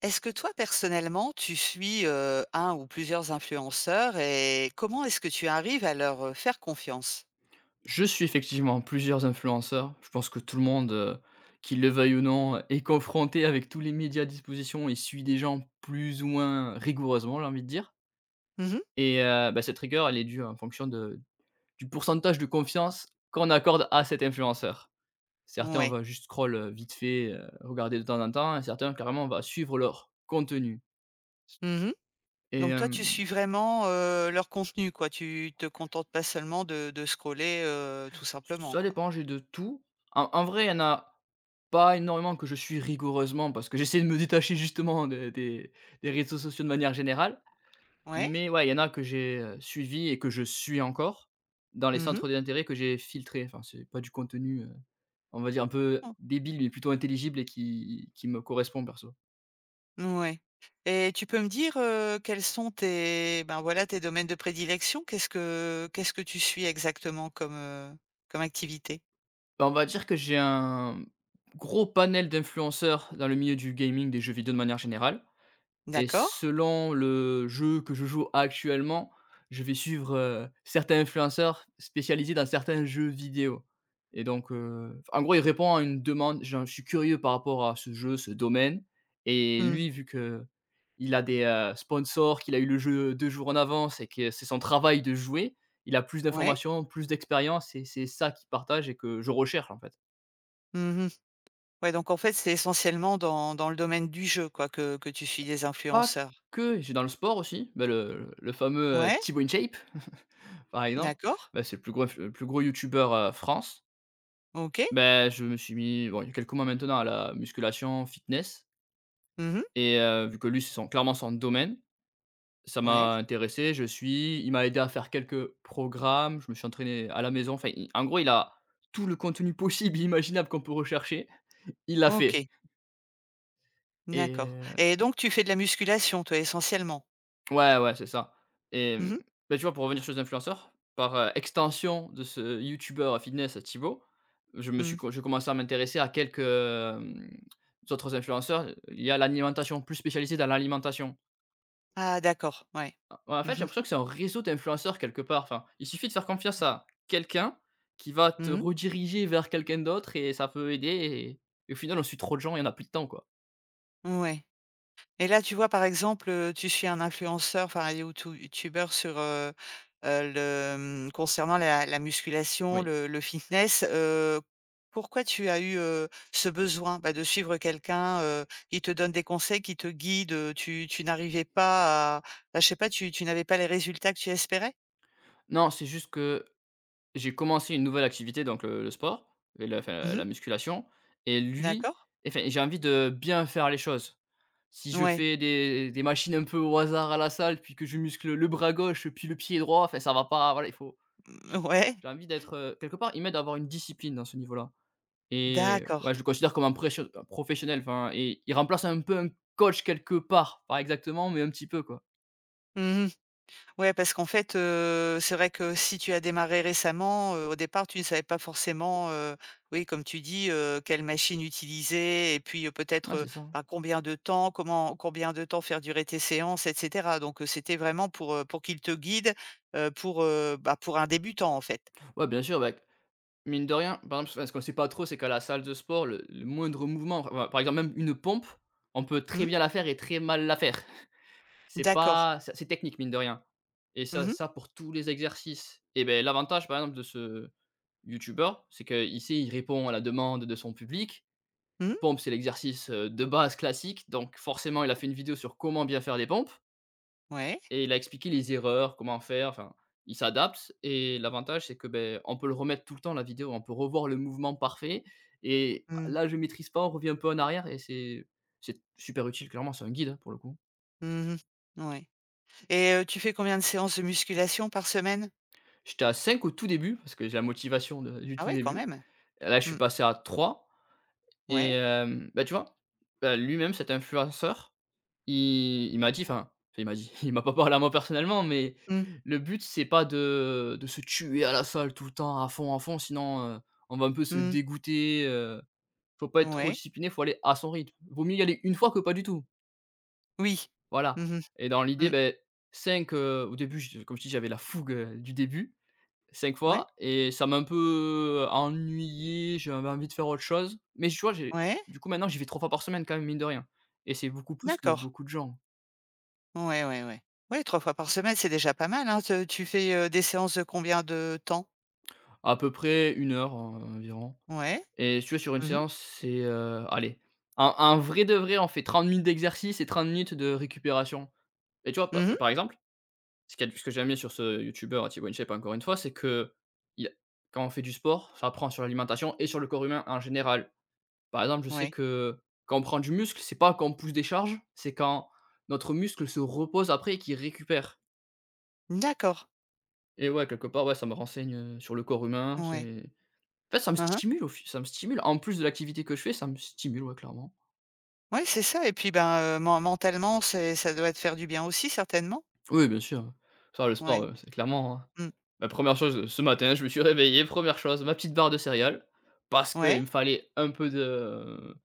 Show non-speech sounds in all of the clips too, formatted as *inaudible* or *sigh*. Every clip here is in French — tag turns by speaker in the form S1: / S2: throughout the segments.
S1: Est-ce que toi, personnellement, tu suis, 1 ou plusieurs influenceurs et comment est-ce que tu arrives à leur faire confiance?
S2: Je suis effectivement plusieurs influenceurs. Je pense que tout le monde, qu'il le veuille ou non, est confronté avec tous les médias à disposition et suit des gens plus ou moins rigoureusement, j'ai envie de dire.
S1: Mmh.
S2: Et cette rigueur, elle est due en fonction de du pourcentage de confiance qu'on accorde à cet influenceur. Certains, on
S1: Ouais.
S2: va juste scroll, vite fait, regarder de temps en temps et certains, carrément, on va suivre leur contenu
S1: Mmh.
S2: et
S1: Donc toi, tu
S2: hem
S1: suis vraiment, leur contenu, quoi. Tu te contentes pas seulement de scroller, tout simplement,
S2: Ça
S1: quoi.
S2: dépend, j'ai de tout. En vrai, il y en a pas énormément que je suis rigoureusement parce que j'essaie de me détacher justement de des réseaux sociaux de manière générale.
S1: Ouais?
S2: Mais ouais, il y en a que j'ai, suivis et que je suis encore dans les
S1: Mmh.
S2: centres d'intérêt que j'ai filtrés. Enfin, c'est pas du contenu, on va dire un peu
S1: Oh,
S2: débile, mais plutôt intelligible et qui me correspond perso.
S1: ouais, et tu peux me dire, quels sont tes, ben, voilà, tes domaines de prédilection? Qu'est-ce que tu suis exactement comme, comme activité?
S2: Bah, on va dire que j'ai un gros panel d'influenceurs dans le milieu du gaming, des jeux vidéo de manière générale. Et
S1: D'accord.
S2: selon le jeu que je joue actuellement, je vais suivre, certains influenceurs spécialisés dans certains jeux vidéo et donc en gros, il répond à une demande, genre je suis curieux par rapport à ce jeu, ce domaine et
S1: Mmh.
S2: lui, vu que il a des, sponsors, qu'il a eu le jeu 2 jours en avance et que c'est son travail de jouer, il a plus
S1: Ouais.
S2: d'informations, plus d'expérience et c'est ça qu'il partage et que je recherche, en fait.
S1: Mmh. Ouais, donc en fait, c'est essentiellement dans le domaine du jeu, quoi, que tu suis des
S2: Pas
S1: influenceurs?
S2: que, j'ai dans le sport aussi, bah, le fameux,
S1: Ouais,
S2: Thibaut InShape. Par exemple,
S1: d'accord.
S2: bah, c'est le plus gros youtubeur, France.
S1: OK.
S2: Bah, je me suis mis, bon, il y a quelques mois maintenant à la musculation fitness
S1: Mmh.
S2: et vu que lui, c'est son clairement son domaine, ça
S1: Ouais.
S2: m'a intéressé, je suis, il m'a aidé à faire quelques programmes, je me suis entraîné à la maison, enfin, il en gros, il a tout le contenu possible et imaginable qu'on peut rechercher, il l'a fait
S1: OK, d'accord,
S2: et
S1: et donc tu fais de la musculation toi essentiellement?
S2: Ouais, ouais, c'est ça et
S1: Mmh
S2: mmh,
S1: mh.
S2: bah, tu vois, pour revenir sur les influenceurs, par, extension de ce youtubeur fitness Thibaut, je me suis
S1: Mmh.
S2: co j'ai commencé à m'intéresser à quelques, autres influenceurs il y a l'alimentation, plus spécialisée dans l'alimentation.
S1: Ah d'accord, ouais.
S2: En fait, j'ai
S1: Mmh mh.
S2: l'impression que c'est un réseau d'influenceurs quelque part. Enfin, il suffit de faire confiance à quelqu'un qui va te
S1: Mmh.
S2: rediriger vers quelqu'un d'autre et ça peut aider et au final, on suit trop de gens et on a plus de temps, quoi.
S1: Ouais. Et là, tu vois, par exemple, tu suis un influenceur, enfin un youtou youtubeur sur, concernant la musculation,
S2: Oui.
S1: le fitness, pourquoi tu as eu, ce besoin, bah, de suivre quelqu'un, qui te donne des conseils, qui te guide, tu n'arrivais pas à bah, je sais pas, tu n'avais pas les résultats que tu espérais?
S2: Non, c'est juste que j'ai commencé une nouvelle activité, donc le sport et la enfin
S1: Mmh.
S2: la musculation et lui
S1: D'accord.
S2: enfin, j'ai envie de bien faire les choses. Si je
S1: Ouais.
S2: fais des machines un peu au hasard à la salle, puis que je muscle le bras gauche, puis le pied droit, enfin ça va pas, voilà, il faut je
S1: *laughs* Ouais.
S2: j'ai envie d'être, quelque part, il m'aide à avoir une discipline dans ce niveau-là et
S1: D'accord.
S2: ouais, je le considère comme un professionnel, enfin et il remplace un peu un coach quelque part, pas exactement, mais un petit peu, quoi.
S1: Mmh. Ouais, parce qu'en fait, c'est vrai que si tu as démarré récemment, au départ, tu ne savais pas forcément, oui, comme tu dis, quelle machine utiliser, et puis, peut-être,
S2: Ouais, c'est ça.
S1: ben, combien de temps, comment combien de temps faire durer tes séances, et cetera. Donc, c'était vraiment pour qu'il te guide, pour, bah, pour un débutant, en fait.
S2: Ouais, bien sûr, bah. Mine de rien, par exemple, enfin, ce qu'on sait pas trop, c'est qu'à la salle de sport, le moindre mouvement, enfin, par exemple, même une pompe, on peut très
S1: Mmh?
S2: bien la faire et très mal la faire. C'est
S1: D'accord.
S2: pas, c'est assez technique, mine de rien et ça
S1: Mmh mh.
S2: ça pour tous les exercices et ben l'avantage, par exemple, de ce youtubeur, c'est qu'ici il répond à la demande de son public.
S1: Mmh.
S2: Pompe, c'est l'exercice, de base classique, donc forcément, il a fait une vidéo sur comment bien faire des pompes.
S1: Ouais.
S2: Et il a expliqué les erreurs, comment faire, enfin, il s'adapte et l'avantage c'est que, ben, on peut le remettre tout le temps la vidéo, on peut revoir le mouvement parfait et
S1: Mmh.
S2: là je maîtrise pas, on revient un peu en arrière et c'est super utile clairement, c'est un guide, hein, pour le coup.
S1: Mmh. Ouais et tu fais combien de séances de musculation par semaine?
S2: J'étais à 5 au tout début parce que j'ai la motivation de du
S1: Ah
S2: tout
S1: ouais, quand
S2: début.
S1: même.
S2: Et là, je suis
S1: Mmh.
S2: passé à 3. Et
S1: Ouais.
S2: bah, tu vois? Bah, lui-même cet influenceur, il m'a dit, enfin, enfin, il m'a dit, *laughs* il m'a pas parlé à moi personnellement, mais
S1: Mmh.
S2: le but c'est pas de se tuer à la salle tout le temps à fond, sinon, on va un peu se
S1: Mmh.
S2: dégoûter, faut pas être trop
S1: Ouais.
S2: discipliné, faut aller à son rythme. Vaut mieux y aller une fois que pas du tout,
S1: Oui.
S2: voilà.
S1: Mmh mh.
S2: Et dans l'idée,
S1: Mmh.
S2: ben 5 au début, je comme je dis, j'avais la fougue, du début, cinq
S1: Ouais,
S2: fois et ça m'a un peu ennuyé, j'avais envie de faire autre chose, mais tu vois, j'ai
S1: ouais,
S2: du coup maintenant j'y vais 3 fois par semaine quand même, mine de rien et c'est beaucoup plus que
S1: d'accord.
S2: beaucoup de gens.
S1: Ouais, ouais, ouais. Ouais, 3 fois par semaine, c'est déjà pas mal, hein. Te tu fais, des séances de combien de temps?
S2: À peu près une heure, environ
S1: Ouais.
S2: et si tu veux sur une
S1: Mmh mh.
S2: séance, c'est, allez, un vrai de vrai, on fait 30 minutes d'exercice et 30 minutes de récupération et tu vois, pa
S1: Mmh.
S2: par exemple, ce qu'il y a ce que j'aime bien sur ce youtubeur T-Bone encore une fois, c'est que y quand on fait du sport, ça apprend sur l'alimentation et sur le corps humain en général. Par exemple, je sais
S1: Ouais.
S2: que quand on prend du muscle, c'est pas quand on pousse des charges, c'est quand notre muscle se repose après et qu'il récupère
S1: D'accord.
S2: et ouais, quelque part, ouais, ça me renseigne, sur le corps humain.
S1: Ouais.
S2: En fait, ça me
S1: Hein, hein.
S2: stimule au fi ça me stimule. En plus de l'activité que je fais, ça me stimule, ouais, clairement.
S1: Ouais, c'est ça, et puis, ben, mentalement, c'est ça doit te faire du bien aussi certainement?
S2: Oui, bien sûr, le sport,
S1: Ouais.
S2: c'est clairement,
S1: Mmh.
S2: la première chose, ce matin, je me suis réveillé, première chose, ma petite barre de céréales, parce qu'il
S1: Ouais.
S2: me fallait un peu de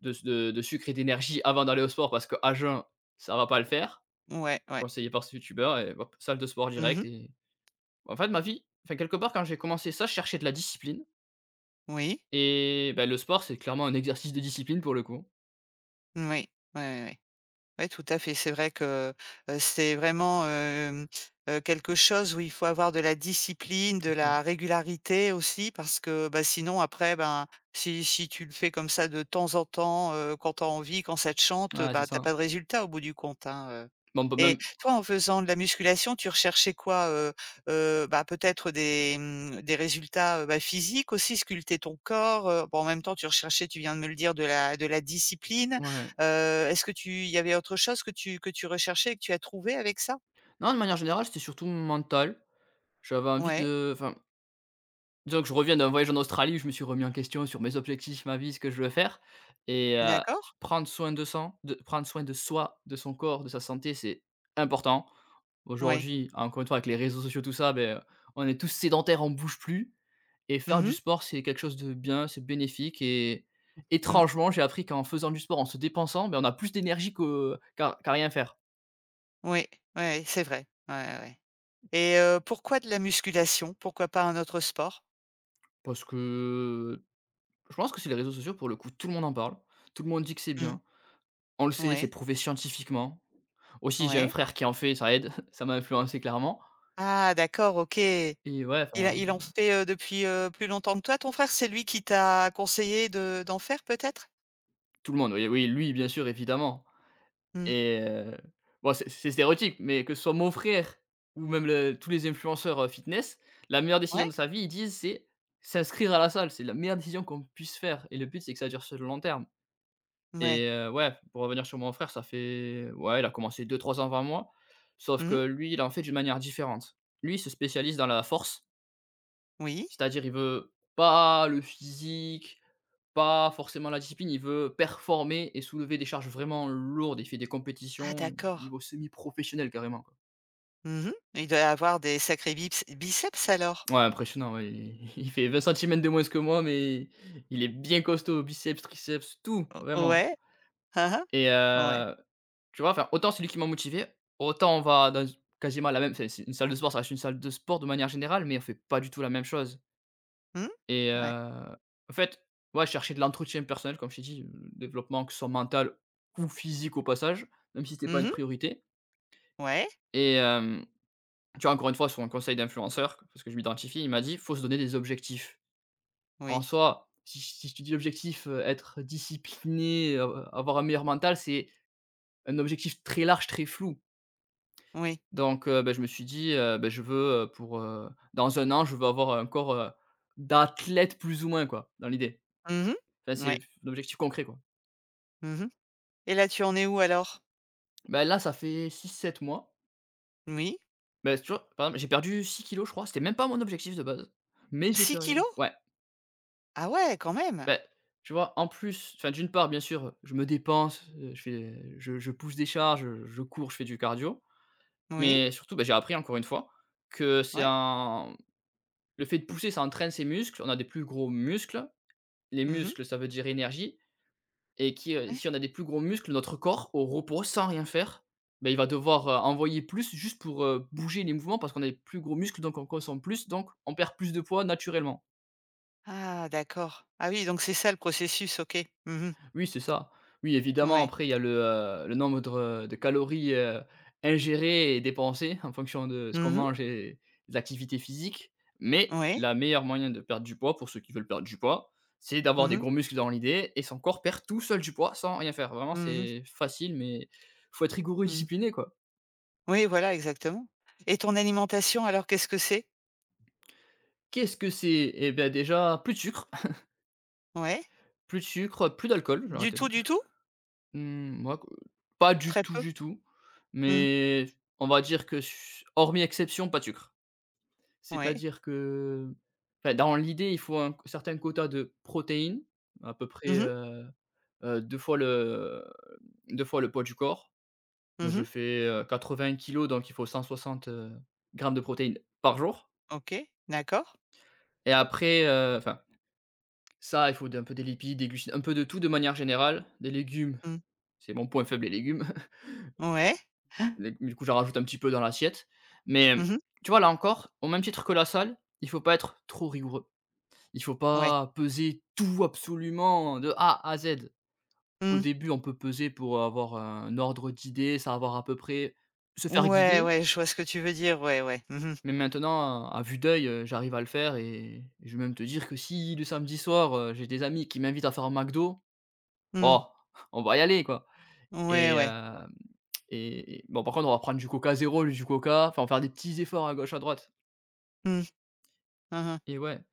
S2: de de de sucre et d'énergie avant d'aller au sport parce que à jeun, ça va pas le faire,
S1: Ouais, ouais.
S2: conseillé par ce youtubeur et hop, salle de sport direct
S1: Mmh.
S2: et en fait, ma vie, enfin, quelque part, quand j'ai commencé ça, je cherchais de la discipline
S1: Oui.
S2: et bah, le sport, c'est clairement un exercice de discipline pour le coup.
S1: Oui. Ouais, ouais, ouais. Oui, tout à fait. C'est vrai que, c'est vraiment, quelque chose où il faut avoir de la discipline, de
S2: Bien
S1: la
S2: sûr.
S1: régularité aussi parce que, bah, sinon après, ben, si tu le fais comme ça de temps en temps, quand tu as envie, quand ça te chante,
S2: Ouais, c'est
S1: bah, tu
S2: ça.
S1: pas de résultat au bout du compte, hein,
S2: Bon, on peut
S1: et
S2: même
S1: toi, en faisant de la musculation, tu recherchais quoi? Bah, peut-être des, mmh, des résultats, bah, physiques aussi, sculpter ton corps, bon, en même temps, tu recherchais, tu viens de me le dire, de la discipline,
S2: ouais.
S1: Est-ce que tu il y avait autre chose que tu recherchais et que tu as trouvé avec ça?
S2: Non, de manière générale, c'était surtout mental. J'avais envie
S1: Ouais,
S2: de enfin, disons que je reviens d'un voyage en Australie où je me suis remis en question sur mes objectifs, ma vie, ce que je veux faire et
S1: d'accord,
S2: prendre soin de soi, de son corps, de sa santé, c'est important.
S1: ouais.
S2: Aujourd'hui, encore une fois, avec les réseaux sociaux, tout ça, beh, on est tous sédentaires, on bouge plus et faire
S1: Mmh
S2: du
S1: mh,
S2: sport, c'est quelque chose de bien, c'est bénéfique et
S1: mmh.
S2: étrangement, j'ai appris qu'en faisant du sport, en se dépensant, beh, on a plus d'énergie que qu'à qu'à rien faire.
S1: Ouais, ouais, c'est vrai. Ouais, ouais, ouais et pourquoi de la musculation? Pourquoi pas un autre sport?
S2: Parce que je pense que c'est les réseaux sociaux pour le coup, tout le monde en parle, tout le monde dit que c'est
S1: Mmh.
S2: bien. On le sait, c'est
S1: Ouais,
S2: prouvé scientifiquement. Aussi, j'ai un
S1: ouais.
S2: frère qui en fait, ça aide, *laughs* ça m'a influencé clairement
S1: Ah d'accord, OK. Il
S2: et ouais,
S1: a
S2: enfin,
S1: il en fait, depuis, plus longtemps que toi ton frère? C'est lui qui t'a conseillé de d'en faire peut-être?
S2: tout le monde, oui, oui, lui, bien sûr, évidemment
S1: Mmh.
S2: et bon, c'est stéréotype, mais que ce soit mon frère ou même le tous les influenceurs, fitness, la meilleure décision
S1: Ouais?
S2: de sa vie, ils disent, c'est s'inscrire à la salle. C'est la meilleure décision qu'on puisse faire et le but, c'est que ça dure sur le long terme.
S1: Ouais.
S2: Et ouais, pour revenir sur mon frère, ça fait ouais, il a commencé deux trois ans avant moi, sauf
S1: Mmh.
S2: que lui, il en fait d'une manière différente. Lui, il se spécialise dans la force,
S1: Oui.
S2: c'est-à-dire il veut pas le physique, pas forcément la discipline, il veut performer et soulever des charges vraiment lourdes. Il fait des
S1: Ah
S2: compétitions,
S1: d'accord.
S2: niveau semi-professionnel carrément, quoi.
S1: Mmh. Il doit avoir des sacrés bips biceps alors?
S2: Ouais, impressionnant, ouais, il *laughs* il fait 20 centimètres de moins que moi, mais il est bien costaud, biceps, triceps, tout, vraiment.
S1: Ouais. *laughs* Hein, hein.
S2: Et
S1: Ouais.
S2: tu vois? Enfin, autant c'est lui qui m'a motivé, autant on va dans quasiment la même c'est une salle de sport, ça reste une salle de sport de manière générale, mais on fait pas du tout la même chose.
S1: Mmh.
S2: Et
S1: Ouais.
S2: en fait, ouais, chercher de l'entretien personnel, comme je t'ai dit, développement que ce soit mental ou physique au passage, même si c'était pas
S1: Mmh
S2: une
S1: mh.
S2: priorité.
S1: Ouais.
S2: Et tu vois? Encore une fois, sur un conseil d'influenceur, parce que je m'identifie, il m'a dit: «Faut se donner des objectifs». En
S1: Oui.
S2: soi, si je te dis l'objectif, être discipliné, avoir un meilleur mental, c'est un objectif très large, très flou.
S1: Oui.
S2: Donc je me suis dit, je veux, pour, dans un an, je veux avoir un corps, d'athlète plus ou moins quoi, dans l'idée.
S1: Mmh mh.
S2: Enfin, c'est
S1: Ouais.
S2: f l'objectif concret quoi.
S1: Mmh mh. Et là, tu en es où alors?
S2: Ben là, ça fait 6 7 mois.
S1: Oui.
S2: Ben, tu vois, par exemple, j'ai perdu 6 kilos, je crois, c'était même pas mon objectif de base, mais j'ai
S1: Six
S2: perdu,
S1: kg?
S2: ouais.
S1: Ah ouais, quand même.
S2: Ben, tu vois, en plus, enfin, d'une part, bien sûr, je me dépense, je fais je pousse des charges, je cours, je fais du cardio,
S1: Oui.
S2: mais surtout, ben, j'ai appris encore une fois que c'est
S1: Ouais.
S2: un le fait de pousser, ça entraîne ses muscles, on a des plus gros muscles, les
S1: Mmh mh.
S2: muscles, ça veut dire énergie, et qui,
S1: Ouais.
S2: si on a des plus gros muscles, notre corps au repos, sans rien faire, ben il va devoir, envoyer plus juste pour, bouger les mouvements parce qu'on a des plus gros muscles, donc on consomme plus, donc on perd plus de poids naturellement.
S1: Ah d'accord. Ah oui, donc c'est ça le processus, OK. Mmh mh.
S2: Oui, c'est ça. Oui, évidemment,
S1: Ouais.
S2: après, il y a le nombre de calories, ingérées et dépensées en fonction de ce qu'on
S1: Mmh mh.
S2: mange et des activités physiques. Mais
S1: Ouais.
S2: la meilleure moyen de perdre du poids, pour ceux qui veulent perdre du poids, c'est d'avoir
S1: Mmh
S2: des
S1: mh.
S2: gros muscles dans l'idée et son corps perd tout seul du poids sans rien faire. Vraiment,
S1: Mmh mh.
S2: c'est facile, mais faut être rigoureux et
S1: Mmh.
S2: discipliné, quoi.
S1: Oui, voilà, exactement. Et ton alimentation alors, qu'est-ce que c'est?
S2: Qu'est-ce que c'est? Eh bah, déjà, plus de sucre, *laughs*
S1: Ouais.
S2: plus de sucre, plus d'alcool.
S1: Du tout, du tout?
S2: Mmh, moi, q pas du
S1: Très
S2: tout,
S1: peu?
S2: du tout,
S1: Mmh.
S2: mais on va dire que s hormis exception, pas de sucre.
S1: Ouais.
S2: C'est-à-dire que, enfin, dans l'idée, il faut un certain quota de protéines, à peu
S1: Mmh
S2: près,
S1: mh.
S2: 2 fois le 2 fois le poids du corps.
S1: Mmh mh.
S2: Je fais, 80 kilos, donc il faut 160, grammes de protéines par jour
S1: OK. D'accord.
S2: et après, enfin, ça, il faut un peu des lipides, des glucides, un peu de tout de manière générale. Des légumes,
S1: Mmh.
S2: c'est mon point faible, les légumes.
S1: Ouais.
S2: Les Du coup, j'en rajoute un petit peu dans l'assiette. Mais,
S1: Mmh mh.
S2: tu vois, là encore, au même titre que la salle, il faut pas être trop rigoureux. Il faut
S1: Ouais.
S2: pas peser tout absolument de A à Z. Au
S1: Mmh.
S2: début, on peut peser pour avoir un ordre d'idées, savoir à peu près se faire
S1: Ouais,
S2: guider.
S1: ouais, je vois ce que tu veux dire, ouais, ouais. Mmh mh.
S2: Mais maintenant, à vue d'œil, j'arrive à le faire et je vais même te dire que si le samedi soir, j'ai des amis qui m'invitent à faire un McDo,
S1: Mmh.
S2: oh, *laughs* on va y aller, quoi.
S1: Ouais,
S2: Et
S1: ouais.
S2: hem et bon, par contre, on va prendre du Coca zéro du Coca, enfin, on va faire des petits efforts à gauche, à droite.
S1: Mmh. Hein, hein.
S2: Et ouais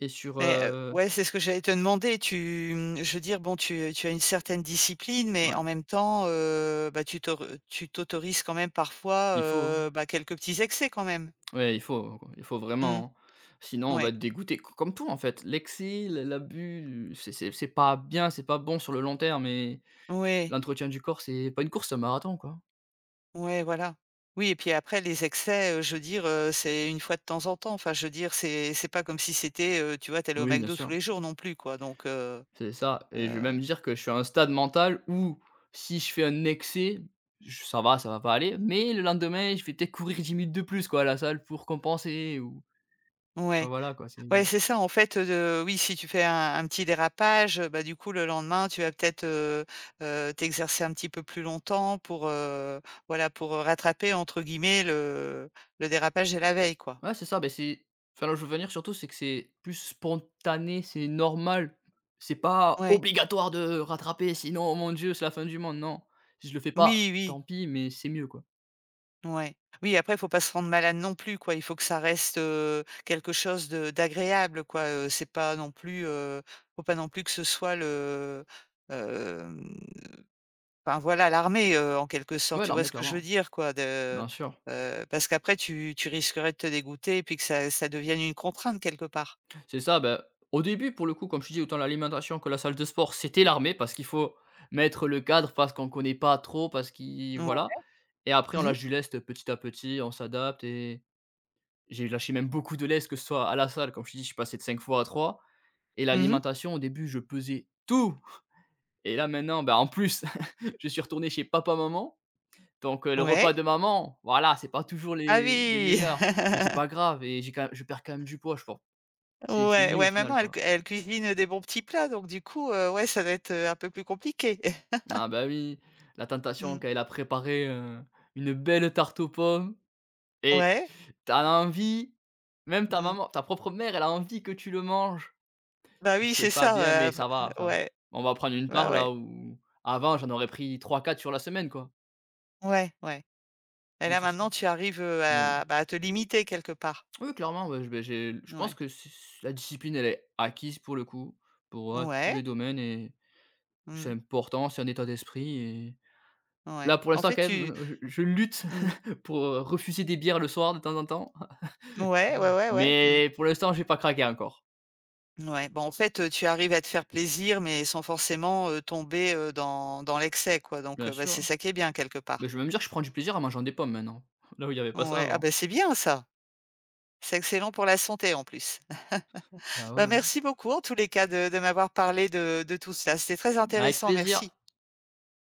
S2: et sur,
S1: Mais, ouais,
S2: su
S1: c'est ce que j'allais te demander. Tu, mmh, je veux dire, bon, tu as une certaine discipline, mais en
S2: ouais,
S1: même temps, bah, tu t'autorises quand même parfois,
S2: il faut, hein.
S1: bah, quelques petits excès quand même?
S2: Ouais, il faut, quoi. Il faut
S1: Mmh.
S2: vraiment, hein. Sinon on va
S1: Ouais.
S2: être dégoûté, c comme tout en fait. L'excès, l'abus, c'est pas bien, c'est pas bon sur le long terme et
S1: Ouais.
S2: l'entretien du corps, c'est pas une course, c'est un marathon, quoi.
S1: Ouais, voilà. Oui et puis après les excès, je veux dire, c'est une fois de temps en temps. Enfin, je veux dire, c'est pas comme si c'était, tu vois, tu au
S2: Oui, bien
S1: McDo tous
S2: sûr,
S1: les jours non plus, quoi, donc
S2: c'est ça et je vais
S1: heu,
S2: même dire que je suis à un stade mental où si je fais un excès, j ça va pas aller, mais le lendemain, je vais peut-être courir 10 minutes de plus, quoi, à la salle pour compenser ou enfin
S1: ouais.
S2: voilà, quoi, c'est.
S1: Ouais, c'est ça en fait, oui, si tu fais un petit dérapage, bah, du coup le lendemain tu vas peut-être, t'exercer un petit peu plus longtemps pour, voilà, pour «rattraper» entre guillemets le dérapage de la veille, quoi.
S2: Ouais, c'est ça, ben c'est enfin, là où je veux venir surtout, c'est que c'est plus spontané, c'est normal. C'est pas
S1: Ouais.
S2: obligatoire de rattraper, sinon, mon Dieu, c'est la fin du monde, non. Si je le fais pas,
S1: Oui, oui,
S2: tant pis, mais c'est mieux, quoi.
S1: ouais. Oui, après il faut pas se rendre malade non plus, quoi. Il faut que ça reste, quelque chose de d'agréable, quoi, c'est pas non plus, faut pas non plus que ce soit le, hem enfin voilà l'armée, en quelque sorte,
S2: Ouais,
S1: tu vois
S2: l'armée,
S1: ce que je veux
S2: clairement,
S1: dire, quoi? De,
S2: bien sûr.
S1: parce qu'après tu risquerais de te dégoûter et puis que ça devienne une contrainte quelque part.
S2: C'est ça, ben au début, pour le coup, comme je te dis, autant l'alimentation que la salle de sport, c'était l'armée parce qu'il faut mettre le cadre, parce qu'on connaît pas trop, parce qu'il
S1: Ou
S2: voilà, et après on
S1: mmh mh.
S2: lâche du lest petit à petit, on s'adapte et j'ai lâché même beaucoup de lest, que ce soit à la salle, comme je te dis, je suis passé de 5 fois à trois. Et
S1: Mmh mh.
S2: l'alimentation, au début, je pesais tout et là maintenant, bah, en plus, *laughs* je suis retourné chez papa-maman. Donc, le
S1: Ouais.
S2: repas de maman, voilà, c'est pas toujours
S1: Ah
S2: les
S1: oui!
S2: meilleurs, mais c'est
S1: *laughs*
S2: pas grave et j'ai quand même- je perds quand même du poids, je pense. C'est
S1: Ouais,
S2: mieux au
S1: ouais,
S2: final,
S1: maman elle
S2: quoi.
S1: cu elle cuisine des bons petits plats, donc du coup, ouais, ça va être, un peu plus compliqué. *laughs*
S2: Ah bah, oui, la tentation
S1: Mmh.
S2: quand elle a préparé, une belle tarte aux pommes et
S1: Ouais.
S2: tu as envie, même
S1: Mmh.
S2: ta propre mère, elle a envie que tu le manges.
S1: Bah oui,
S2: C'est
S1: c'est
S2: pas
S1: ça,
S2: bien,
S1: ouais,
S2: mais ça va,
S1: après,
S2: enfin,
S1: ouais,
S2: on va prendre une
S1: bah
S2: part là
S1: ouais.
S2: où avant j'en aurais pris trois quatre sur la semaine, quoi.
S1: Ouais, ouais. Et
S2: Mais
S1: là
S2: c'est
S1: maintenant tu arrives,
S2: Oui.
S1: à bah, à te limiter quelque part.
S2: Oui, clairement, ouais, je beh, j'ai je pense
S1: Ouais.
S2: que c la discipline, elle est acquise pour le coup, pour, tous
S1: Ouais.
S2: les domaines et c'est
S1: Mmh.
S2: important, c'est un état d'esprit et
S1: Ouais.
S2: là, pour
S1: En
S2: l'instant,
S1: fait
S2: quand même,
S1: tu.
S2: je lutte
S1: Mmh.
S2: *laughs* pour, refuser des bières le soir de temps en temps,
S1: Ouais, ouais, ouais, ouais. Mmh.
S2: mais pour l'instant, j'ai pas craqué encore.
S1: Ouais, bon, en fait, tu arrives à te faire plaisir, mais sans forcément, tomber, dans l'excès, quoi. Donc,
S2: Bien
S1: bah, c'est
S2: sûr,
S1: ça qui est bien quelque
S2: mais
S1: part.
S2: je vais même dire que je prends du plaisir en mangeant des pommes maintenant, *laughs* là où il y avait pas ça
S1: Ouais, ah,
S2: avant.
S1: bah, c'est bien ça. C'est excellent pour la santé en plus.
S2: Bah,
S1: Bah,
S2: ouais,
S1: merci beaucoup en tous les cas de m'avoir parlé de tout cela. C'était très
S2: avec
S1: intéressant,
S2: plaisir.
S1: merci.